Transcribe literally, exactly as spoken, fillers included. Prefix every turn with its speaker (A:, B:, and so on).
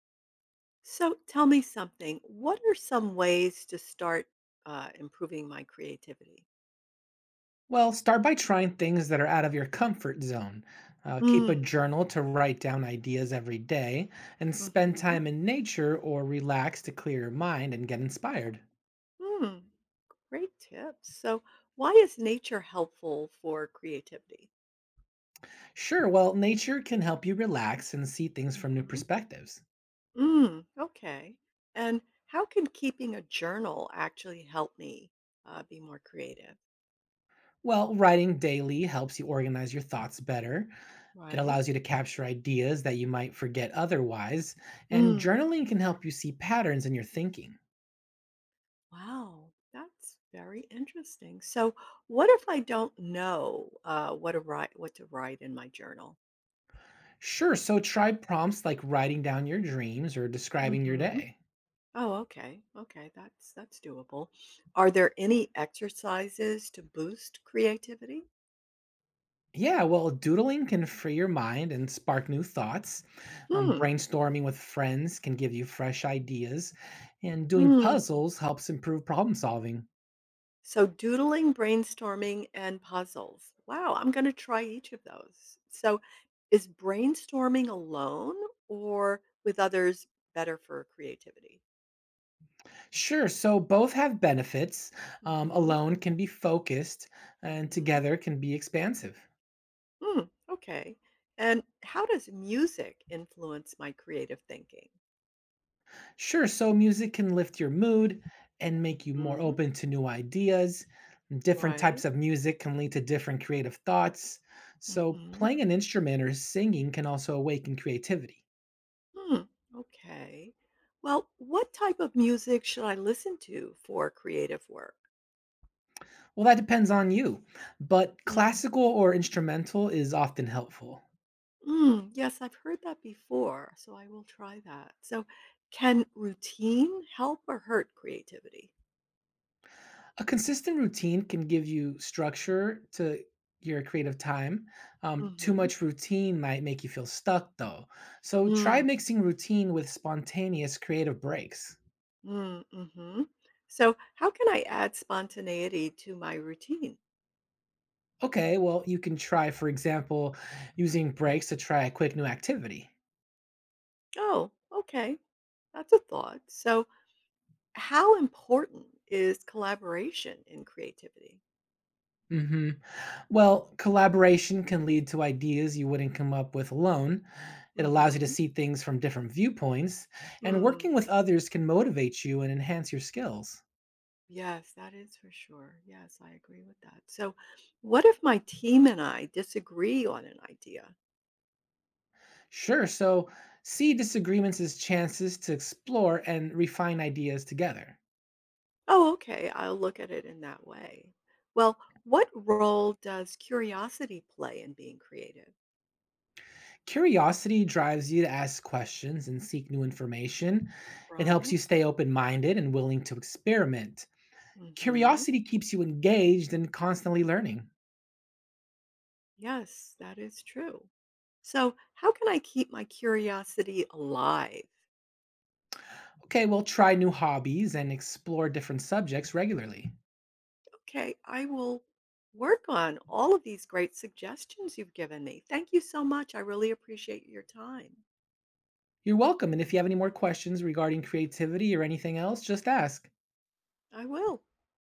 A: So tell me something. What are some ways to start uh, improving my creativity?
B: Well, start by trying things that are out of your comfort zone. Uh, keep a
A: Mm,
B: journal to write down ideas every day and spend
A: hmm
B: time in nature or relax to clear your mind and get inspired.
A: mm, Great tips. So, why is nature helpful for creativity?
B: Sure, well, nature can help you relax and see things from new
A: hmm
B: perspectives.
A: Mm, okay. And how can keeping a journal actually help me uh, be more creative?
B: Well, writing daily helps you organize your thoughts better. It
A: Right.
B: allows you to capture ideas that you might forget otherwise, and
A: Mm,
B: journaling can help you see patterns in your thinking.
A: wow. That's very interesting. So, what if I don't know uh, what, to write, what to write in my journal?
B: Sure, so try prompts like writing down your dreams or describing your
A: Mhm.
B: day.
A: Oh, okay. Okay, that's that's doable. Are there any exercises to boost creativity?
B: Yeah, well, doodling can free your mind and spark new thoughts. Um,
A: Hmm.
B: brainstorming with friends can give you fresh ideas, and doing
A: Hmm.
B: puzzles helps improve problem solving.
A: So doodling, brainstorming, and puzzles. Wow, I'm going to try each of those. So is brainstorming alone or with others better for creativity?
B: Sure, so both have benefits. Um,
A: Mhm.
B: alone can be focused, and
A: Mhm.
B: together can be expansive.
A: Hmm. Okay. And how does music influence my creative thinking?
B: Sure, so music can lift your mood and make you more
A: Mhm.
B: open to new ideas. Different
A: Right.
B: types of music can lead to different creative thoughts. So,
A: Mhm.
B: playing an instrument or singing can also awaken creativity.
A: Hmm, okay. Well, what type of music should I listen to for creative work?
B: Well, that depends on you, but
A: Mm.
B: classical or instrumental is often helpful.
A: Mm, yes, I've heard that before, so I will try that. So, can routine help or hurt creativity?
B: A consistent routine can give you structure to your creative time. Um, too
A: Mm-hmm.
B: much routine might make you feel stuck, though. So try
A: Mm,
B: mixing routine with spontaneous creative breaks.
A: mm, mm-hmm. So, how can I add spontaneity to my routine?
B: Okay, well, you can try, for example, using breaks to try a quick new activity.
A: Oh, okay. That's a thought. So, how important is collaboration in creativity?
B: hmm Well, collaboration can lead to ideas you wouldn't come up with alone. It allows you to
A: Mm-hmm.
B: see things from different viewpoints, and working with others can motivate you and enhance your skills.
A: Yes, that is for sure. Yes, I agree with that. So, what if my team and I disagree on an idea?
B: Sure, so see disagreements as chances to explore and refine ideas together.
A: Oh, okay, I'll look at it in that way. Well, what role does curiosity play in being creative?
B: Curiosity drives you to ask questions and seek new information. It helps you
A: Right?
B: stay open minded and willing to experiment.
A: Mhm.
B: Curiosity keeps you engaged and constantly learning.
A: Yes, that is true. So, how can I keep my curiosity alive?
B: Okay, well, try new hobbies and explore different subjects regularly.
A: Okay, I will work on all of these great suggestions you've given me. Thank you so much. I really appreciate your time.
B: You're welcome. And if you have any more questions regarding creativity or anything else, just ask.
A: I will.